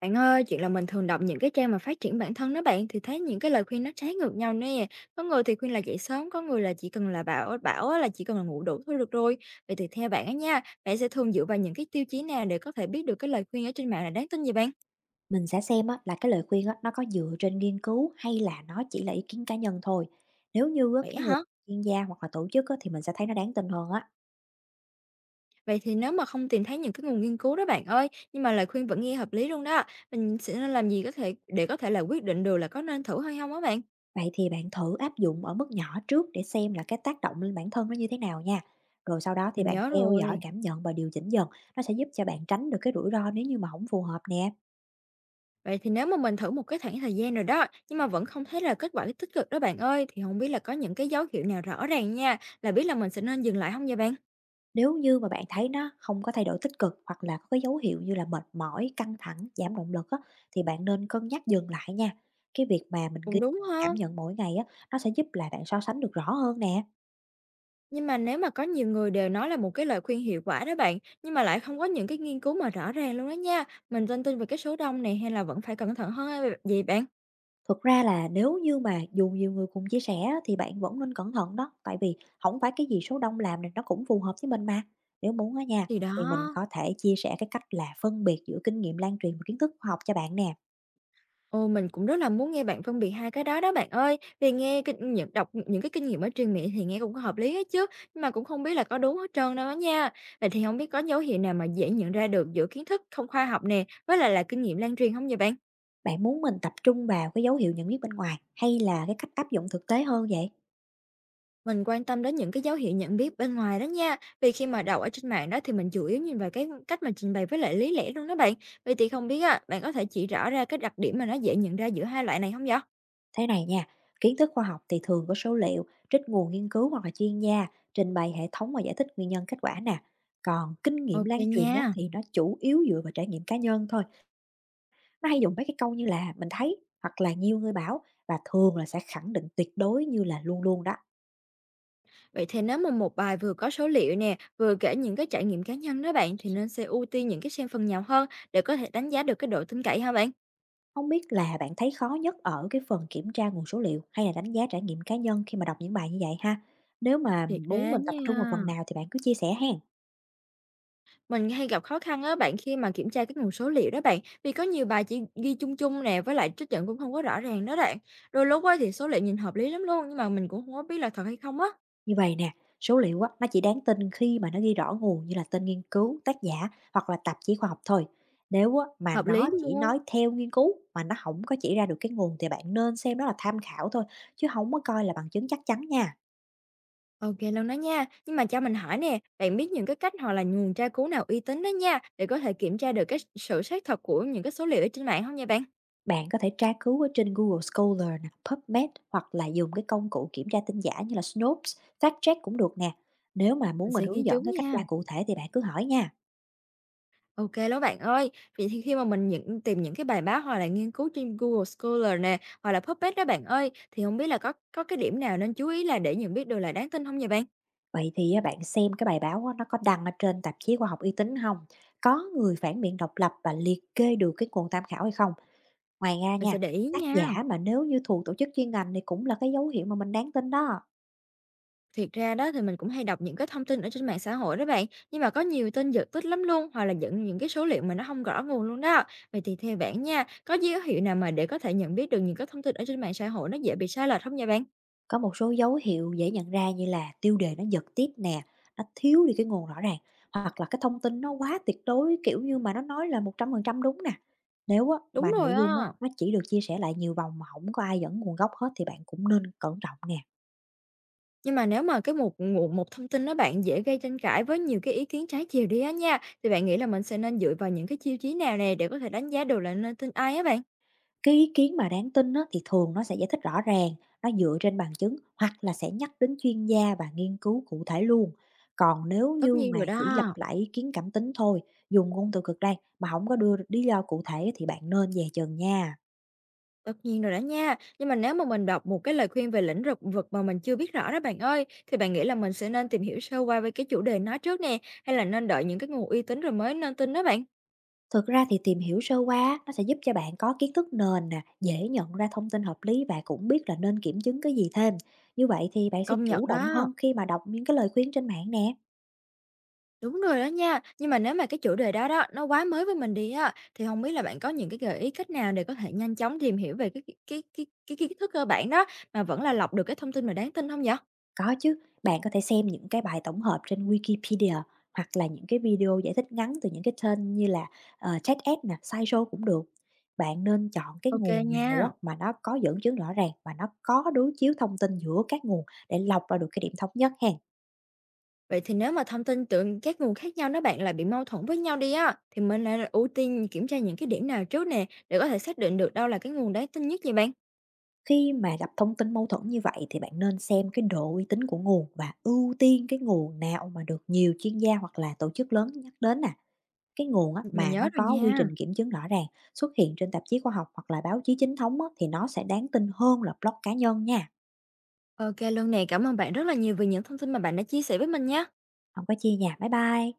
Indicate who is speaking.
Speaker 1: Bạn ơi, chuyện là mình thường đọc những cái trang mà phát triển bản thân đó bạn thì thấy những cái lời khuyên nó trái ngược nhau nè. Có người thì khuyên là dậy sớm, có người là chỉ cần là bảo bảo á là chỉ cần là ngủ đủ thôi được rồi. Vậy thì theo bạn á nha, bạn sẽ thường dựa vào những cái tiêu chí nào để có thể biết được cái lời khuyên ở trên mạng là đáng tin gì bạn?
Speaker 2: Mình sẽ xem á, là cái lời khuyên á, nó có dựa trên nghiên cứu hay là nó chỉ là ý kiến cá nhân thôi. Nếu như á,
Speaker 1: Vậy
Speaker 2: cái
Speaker 1: á
Speaker 2: người
Speaker 1: hả?
Speaker 2: chuyên gia hoặc là tổ chức á, thì mình sẽ thấy nó đáng tin hơn á.
Speaker 1: Vậy thì nếu mà không tìm thấy những cái nguồn nghiên cứu đó bạn ơi, nhưng mà lời khuyên vẫn nghe hợp lý luôn đó, mình sẽ nên làm gì có thể để có thể là quyết định được là có nên thử hay không á bạn?
Speaker 2: Vậy thì bạn thử áp dụng ở mức nhỏ trước để xem là cái tác động lên bản thân nó như thế nào nha. Rồi sau đó thì
Speaker 1: Mình
Speaker 2: bạn
Speaker 1: nhớ
Speaker 2: theo dõi
Speaker 1: rồi.
Speaker 2: cảm nhận và điều chỉnh dần, nó sẽ giúp cho bạn tránh được cái rủi ro nếu như mà không phù hợp nè.
Speaker 1: Vậy thì nếu mà mình thử một cái khoảng thời gian rồi đó, nhưng mà vẫn không thấy là kết quả tích cực đó bạn ơi, thì không biết là có những cái dấu hiệu nào rõ ràng nha, là biết là mình sẽ nên dừng lại không vậy bạn?
Speaker 2: Nếu như mà bạn thấy nó không có thay đổi tích cực hoặc là có cái dấu hiệu như là mệt mỏi, căng thẳng, giảm động lực á, thì bạn nên cân nhắc dừng lại nha. Cái việc mà mình
Speaker 1: Cũng
Speaker 2: ghi
Speaker 1: đúng
Speaker 2: lại cảm
Speaker 1: ha.
Speaker 2: nhận mỗi ngày á, nó sẽ giúp là bạn so sánh được rõ hơn nè.
Speaker 1: Nhưng mà nếu mà có nhiều người đều nói là một cái lời khuyên hiệu quả đó bạn, nhưng mà lại không có những cái nghiên cứu mà rõ ràng luôn đó nha, mình tin tin về cái số đông này hay là vẫn phải cẩn thận hơn hay vậy bạn?
Speaker 2: Thực ra là nếu như mà dù nhiều người cùng chia sẻ á, thì bạn vẫn nên cẩn thận đó, tại vì không phải cái gì số đông làm này nó cũng phù hợp với mình mà. Nếu muốn á nha,
Speaker 1: Thì
Speaker 2: thì mình
Speaker 1: đó.
Speaker 2: có thể chia sẻ cái cách là phân biệt giữa kinh nghiệm lan truyền và kiến thức khoa học cho bạn nè.
Speaker 1: Ồ, mình cũng rất là muốn nghe bạn phân biệt hai cái đó đó bạn ơi. Vì nghe kinh những đọc những cái kinh nghiệm ở truyền miệng thì nghe cũng có hợp lý hết chứ, nhưng mà cũng không biết là có đúng hết trơn đâu đó nha. Vậy thì không biết có dấu hiệu nào mà dễ nhận ra được giữa kiến thức không khoa học nè, với lại là kinh nghiệm lan truyền không vậy bạn?
Speaker 2: Bạn muốn mình tập trung vào cái dấu hiệu nhận biết bên ngoài hay là cái cách áp dụng thực tế hơn vậy?
Speaker 1: Mình quan tâm đến những cái dấu hiệu nhận biết bên ngoài đó nha. Vì khi mà đọc ở trên mạng đó thì mình chủ yếu nhìn vào cái cách mà trình bày với lại lý lẽ luôn đó bạn. Vậy thì không biết á, bạn có thể chỉ rõ ra cái đặc điểm mà nó dễ nhận ra giữa hai loại này không vậy?
Speaker 2: Thế này nha, kiến thức khoa học thì thường có số liệu, trích nguồn nghiên cứu hoặc là chuyên gia, trình bày hệ thống và giải thích nguyên nhân kết quả nè. Còn kinh nghiệm
Speaker 1: Ok
Speaker 2: lan truyền á,
Speaker 1: nha.
Speaker 2: thì nó chủ yếu dựa vào trải nghiệm cá nhân thôi. Nó hay dùng mấy cái câu như là mình thấy hoặc là nhiều người bảo, và thường là sẽ khẳng định tuyệt đối như là luôn luôn đó.
Speaker 1: Vậy thì nếu mà một bài vừa có số liệu nè, vừa kể những cái trải nghiệm cá nhân đó bạn thì nên sẽ ưu tiên những cái xem phần nhỏ hơn để có thể đánh giá được cái độ tin cậy hả bạn?
Speaker 2: Không biết là bạn thấy khó nhất ở cái phần kiểm tra nguồn số liệu hay là đánh giá trải nghiệm cá nhân khi mà đọc những bài như vậy ha? Nếu mà
Speaker 1: Thiệt
Speaker 2: muốn
Speaker 1: ra
Speaker 2: mình tập trung vào
Speaker 1: nha,
Speaker 2: phần nào thì bạn cứ chia sẻ hen.
Speaker 1: mình hay gặp khó khăn á bạn khi mà kiểm tra cái nguồn số liệu đó bạn, vì có nhiều bài chỉ ghi chung chung nè, với lại trích dẫn cũng không có rõ ràng đó bạn. Đôi lúc á thì số liệu nhìn hợp lý lắm luôn, nhưng mà mình cũng không có biết là thật hay không á.
Speaker 2: Như vậy nè, số liệu á, nó chỉ đáng tin khi mà nó ghi rõ nguồn như là tên nghiên cứu, tác giả hoặc là tạp chí khoa học thôi. Nếu á, mà
Speaker 1: Hợp lý
Speaker 2: nó chỉ
Speaker 1: luôn.
Speaker 2: nói theo nghiên cứu mà nó không có chỉ ra được cái nguồn, thì bạn nên xem đó là tham khảo thôi, chứ không có coi là bằng chứng chắc chắn nha.
Speaker 1: OK kê luôn đó nha. Nhưng mà cho mình hỏi nè, bạn biết những cái cách hoặc là nguồn tra cứu nào uy tín đó nha, để có thể kiểm tra được cái sự xác thật của những cái số liệu ở trên mạng không nha bạn?
Speaker 2: Bạn có thể tra cứu ở trên Google Scholar nè, PubMed hoặc là dùng cái công cụ kiểm tra tin giả như là Snopes, FactCheck cũng được nè. Nếu mà
Speaker 1: Mình
Speaker 2: muốn mình
Speaker 1: sẽ ghi
Speaker 2: hướng
Speaker 1: chú
Speaker 2: dẫn cái cách
Speaker 1: nha.
Speaker 2: tra cụ thể thì bạn cứ hỏi nha.
Speaker 1: OK, kê đó bạn ơi. Vậy thì khi mà mình tìm những cái bài báo hoặc là nghiên cứu trên Google Scholar nè, hoặc là PubMed đó bạn ơi, thì không biết là có cái điểm nào nên chú ý là để nhận biết được là đáng tin không vậy bạn?
Speaker 2: Vậy thì á, bạn xem cái bài báo á, nó có đăng ở trên tạp chí khoa học uy tín không? Có người phản biện độc lập và liệt kê được cái nguồn tham khảo hay không? Ngoài ra
Speaker 1: Mình
Speaker 2: nha,
Speaker 1: sẽ để ý
Speaker 2: tác
Speaker 1: nha.
Speaker 2: giả mà nếu như thuộc tổ chức chuyên ngành thì cũng là cái dấu hiệu mà mình đáng tin đó.
Speaker 1: Thiệt ra đó thì mình cũng hay đọc những cái thông tin ở trên mạng xã hội đó bạn, nhưng mà có nhiều tin giật tít lắm luôn, hoặc là dẫn những cái số liệu mà nó không rõ nguồn luôn đó. Vậy thì theo bạn nha, có dấu hiệu nào mà để có thể nhận biết được những cái thông tin ở trên mạng xã hội nó dễ bị sai lệch không vậy bạn?
Speaker 2: Có một số dấu hiệu dễ nhận ra như là tiêu đề nó giật tít nè, nó thiếu đi cái nguồn rõ ràng, hoặc là cái thông tin nó quá tuyệt đối, kiểu như, mà nó nói là 100% đúng nè. Nếu á
Speaker 1: Đúng
Speaker 2: mà
Speaker 1: rồi
Speaker 2: nội dung á,
Speaker 1: á.
Speaker 2: nó chỉ được chia sẻ lại nhiều vòng mà không có ai dẫn nguồn gốc hết, thì bạn cũng nên cẩn trọng nè.
Speaker 1: Nhưng mà nếu mà cái một thông tin đó bạn dễ gây tranh cãi với nhiều cái ý kiến trái chiều đi á nha, thì bạn nghĩ là mình sẽ nên dựa vào những cái tiêu chí nào nè để có thể đánh giá được là nên tin ai á bạn?
Speaker 2: Cái ý kiến mà đáng tin á, thì thường nó sẽ giải thích rõ ràng, nó dựa trên bằng chứng hoặc là sẽ nhắc đến chuyên gia và nghiên cứu cụ thể luôn. Còn nếu
Speaker 1: Tất
Speaker 2: như
Speaker 1: nhiên
Speaker 2: mà
Speaker 1: rồi
Speaker 2: chỉ lặp
Speaker 1: đó.
Speaker 2: lại ý kiến cảm tính thôi, dùng ngôn từ cực đoan mà không có đưa lý do cụ thể, thì bạn nên dè chừng nha.
Speaker 1: Tất nhiên rồi đó nha. Nhưng mà nếu mà mình đọc một cái lời khuyên về lĩnh vực vực mà mình chưa biết rõ đó bạn ơi, thì bạn nghĩ là mình sẽ nên tìm hiểu sơ qua về cái chủ đề nó trước nè, hay là nên đợi những cái nguồn uy tín rồi mới nên tin đó bạn?
Speaker 2: Thực ra thì tìm hiểu sơ qua nó sẽ giúp cho bạn có kiến thức nền nè, dễ nhận ra thông tin hợp lý và cũng biết là nên kiểm chứng cái gì thêm. Như vậy thì bạn sẽ
Speaker 1: Công nhận
Speaker 2: chủ động
Speaker 1: đó.
Speaker 2: hơn khi mà đọc những cái lời khuyên trên mạng nè.
Speaker 1: Đúng rồi đó nha. Nhưng mà nếu mà cái chủ đề đó đó nó quá mới với mình đi á, thì không biết là bạn có những cái gợi ý cách nào để có thể nhanh chóng tìm hiểu về cái kiến thức cơ bản đó mà vẫn là lọc được cái thông tin mà đáng tin không vậy?
Speaker 2: Có chứ, bạn có thể xem những cái bài tổng hợp trên Wikipedia hoặc là những cái video giải thích ngắn từ những cái kênh như là, TEDx nè, SciShow cũng được. Bạn nên chọn cái
Speaker 1: Ok
Speaker 2: nguồn nào á
Speaker 1: nha.
Speaker 2: mà nó có dẫn chứng rõ ràng và nó có đối chiếu thông tin giữa các nguồn để lọc ra được cái điểm thống nhất hén.
Speaker 1: Vậy thì nếu mà thông tin từ các nguồn khác nhau đó bạn lại bị mâu thuẫn với nhau đi á, thì mình lại ưu tiên kiểm tra những cái điểm nào trước nè, để có thể xác định được đâu là cái nguồn đáng tin nhất vậy bạn?
Speaker 2: Khi mà gặp thông tin mâu thuẫn như vậy thì bạn nên xem cái độ uy tín của nguồn và ưu tiên cái nguồn nào mà được nhiều chuyên gia hoặc là tổ chức lớn nhắc đến nè. Cái nguồn á,
Speaker 1: Mình
Speaker 2: mà nó
Speaker 1: nhớ rồi
Speaker 2: có quy
Speaker 1: nha.
Speaker 2: trình kiểm chứng rõ ràng, xuất hiện trên tạp chí khoa học hoặc là báo chí chính thống á, thì nó sẽ đáng tin hơn là blog cá nhân nha.
Speaker 1: Ok luôn nè, cảm ơn bạn rất là nhiều vì những thông tin mà bạn đã chia sẻ với mình nha.
Speaker 2: Không có chia nha. Bye bye.